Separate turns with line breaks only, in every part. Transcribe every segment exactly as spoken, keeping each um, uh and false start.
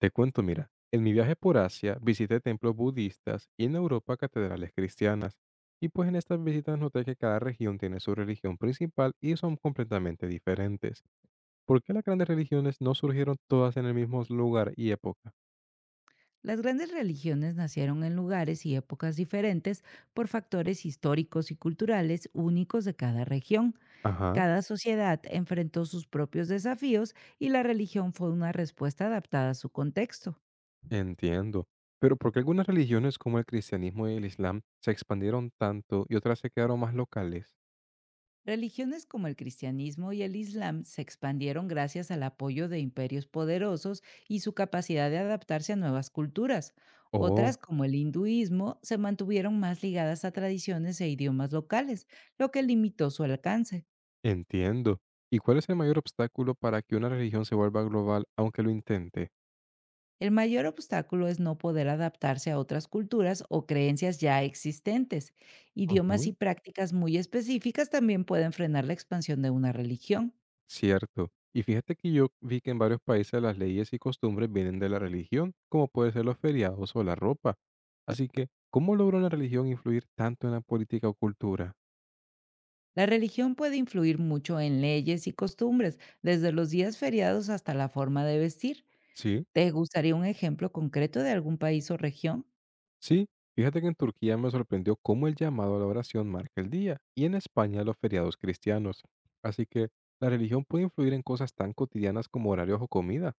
Te cuento, mira, en mi viaje por Asia visité templos budistas y en Europa catedrales cristianas. Y pues en estas visitas noté que cada región tiene su religión principal y son completamente diferentes. ¿Por qué las grandes religiones no surgieron todas en el mismo lugar y época?
Las grandes religiones nacieron en lugares y épocas diferentes por factores históricos y culturales únicos de cada región.
Ajá,
Cada sociedad enfrentó sus propios desafíos y la religión fue una respuesta adaptada a su contexto.
entiendo. Pero ¿por qué algunas religiones como el cristianismo y el islam se expandieron tanto y otras se quedaron más locales?
Religiones como el cristianismo y el islam se expandieron gracias al apoyo de imperios poderosos y su capacidad de adaptarse a nuevas culturas. Otras,
Oh,
como el hinduismo, se mantuvieron más ligadas a tradiciones e idiomas locales, lo que limitó su alcance.
entiendo. ¿Y cuál es el mayor obstáculo para que una religión se vuelva global aunque lo intente?
El mayor obstáculo es no poder adaptarse a otras culturas o creencias ya existentes. Idiomas y
Ujú.
prácticas muy específicas también pueden frenar la expansión de una religión.
Cierto. Y fíjate que yo vi que en varios países las leyes y costumbres vienen de la religión, como puede ser los feriados o la ropa. Así que, ¿cómo logró la religión influir tanto en la política o cultura?
La religión puede influir mucho en leyes y costumbres, desde los días feriados hasta la forma de vestir.
Sí,
¿Te gustaría un ejemplo concreto de algún país o región?
sí. Fíjate que en Turquía me sorprendió cómo el llamado a la oración marca el día, y en España los feriados cristianos. Así que, la religión puede influir en cosas tan cotidianas como horarios o comida.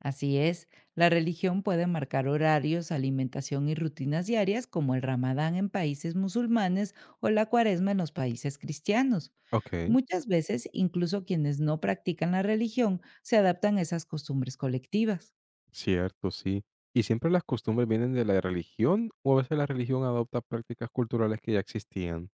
Así es, la religión puede marcar horarios, alimentación y rutinas diarias como el ramadán en países musulmanes o la cuaresma en los países cristianos.
Ok,
Muchas veces, incluso quienes no practican la religión se adaptan a esas costumbres colectivas.
cierto, sí. ¿Y siempre las costumbres vienen de la religión o a veces la religión adopta prácticas culturales que ya existían?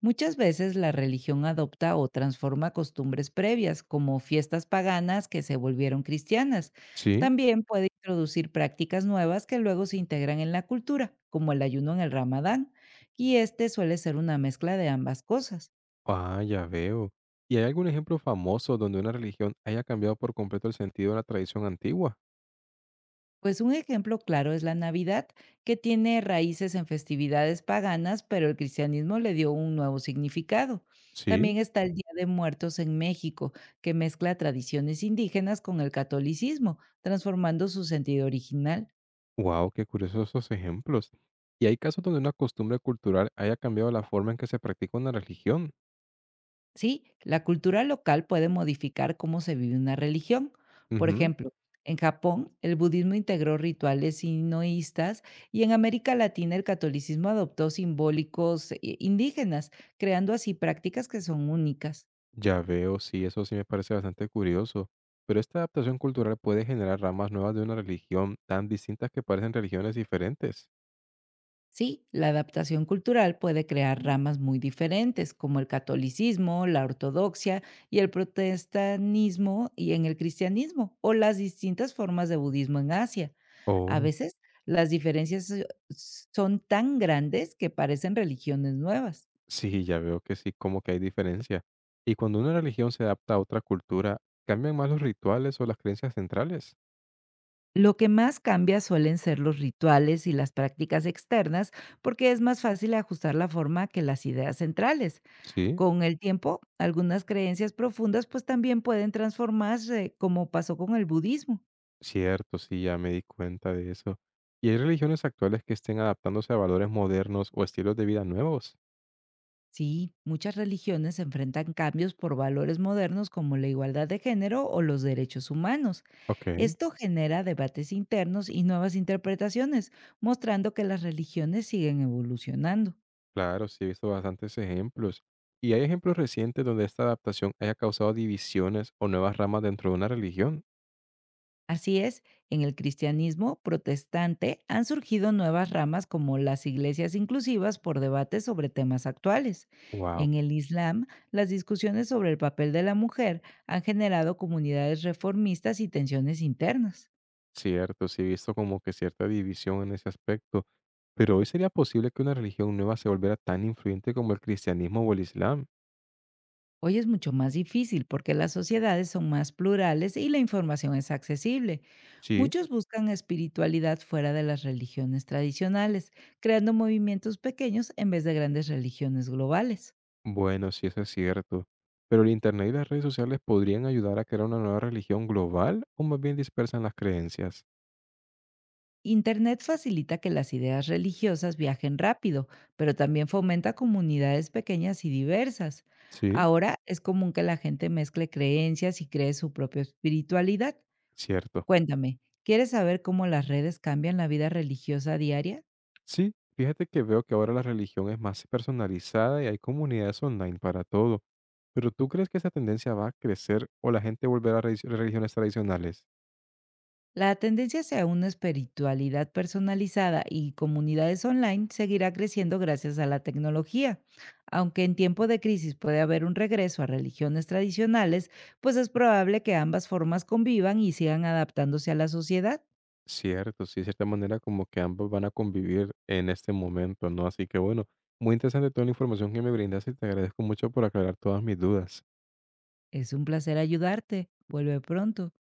Muchas veces la religión adopta o transforma costumbres previas, como fiestas paganas que se volvieron cristianas.
Sí,
También puede introducir prácticas nuevas que luego se integran en la cultura, como el ayuno en el Ramadán, y este suele ser una mezcla de ambas cosas.
ah, ya veo. ¿Y hay algún ejemplo famoso donde una religión haya cambiado por completo el sentido de la tradición antigua?
Pues un ejemplo claro es la Navidad, que tiene raíces en festividades paganas, pero el cristianismo le dio un nuevo significado.
Sí,
También está el Día de Muertos en México, que mezcla tradiciones indígenas con el catolicismo, transformando su sentido original.
wow, qué curiosos esos ejemplos. ¿Y hay casos donde una costumbre cultural haya cambiado la forma en que se practica una religión?
Sí, la cultura local puede modificar cómo se vive una religión. Por
Ujú.
ejemplo, en Japón, el budismo integró rituales sinoístas y en América Latina el catolicismo adoptó simbólicos eh, indígenas, creando así prácticas que son únicas.
Ya veo, sí, eso sí me parece bastante curioso. Pero esta adaptación cultural puede generar ramas nuevas de una religión tan distintas que parecen religiones diferentes.
Sí, la adaptación cultural puede crear ramas muy diferentes, como el catolicismo, la ortodoxia y el protestanismo y en el cristianismo, o las distintas formas de budismo en Asia. A
Oh.
veces las diferencias eh, son tan grandes que parecen religiones nuevas.
Sí, ya veo que sí, como que hay diferencia. Y cuando una religión se adapta a otra cultura, ¿cambian más los rituales o las creencias centrales?
Lo que más cambia suelen ser los rituales y las prácticas externas porque es más fácil ajustar la forma que las ideas centrales.
Sí,
Con el tiempo, algunas creencias profundas pues también pueden transformarse, como pasó con el budismo.
cierto, sí, ya me di cuenta de eso. ¿Y hay religiones actuales que estén adaptándose a valores modernos o estilos de vida nuevos?
Sí, muchas religiones enfrentan cambios por valores modernos como la igualdad de género o los derechos humanos.
Ok.
Esto genera debates internos y nuevas interpretaciones, mostrando que las religiones siguen evolucionando.
Claro, sí, he visto bastantes ejemplos. ¿Y hay ejemplos recientes donde esta adaptación haya causado divisiones o nuevas ramas dentro de una religión?
Así es, en el cristianismo protestante han surgido nuevas ramas como las iglesias inclusivas por debates sobre temas actuales.
Wow.
En el Islam, las discusiones sobre el papel de la mujer han generado comunidades reformistas y tensiones internas.
Cierto, sí, he visto como que cierta división en ese aspecto. Pero hoy sería posible que una religión nueva se volviera tan influyente como el cristianismo o el islam.
Hoy es mucho más difícil porque las sociedades son más plurales y la información es accesible.
Sí,
Muchos buscan espiritualidad fuera de las religiones tradicionales, creando movimientos pequeños en vez de grandes religiones globales.
bueno, sí, eso es cierto. Pero el Internet y las redes sociales podrían ayudar a crear una nueva religión global o más bien dispersan las creencias.
Internet facilita que las ideas religiosas viajen rápido, pero también fomenta comunidades pequeñas y diversas.
Sí,
Ahora es común que la gente mezcle creencias y cree su propia espiritualidad.
cierto.
Cuéntame, ¿quieres saber cómo las redes cambian la vida religiosa diaria?
Sí, fíjate que veo que ahora la religión es más personalizada y hay comunidades online para todo. Pero ¿tú crees que esa tendencia va a crecer o la gente volverá a relig- religiones tradicionales?
La tendencia hacia una espiritualidad personalizada y comunidades online seguirá creciendo gracias a la tecnología. Aunque en tiempo de crisis puede haber un regreso a religiones tradicionales, pues es probable que ambas formas convivan y sigan adaptándose a la sociedad.
Cierto, sí, de cierta manera como que ambos van a convivir en este momento, ¿no? Así que bueno, muy interesante toda la información que me brindaste y te agradezco mucho por aclarar todas mis dudas.
Es un placer ayudarte. Vuelve pronto.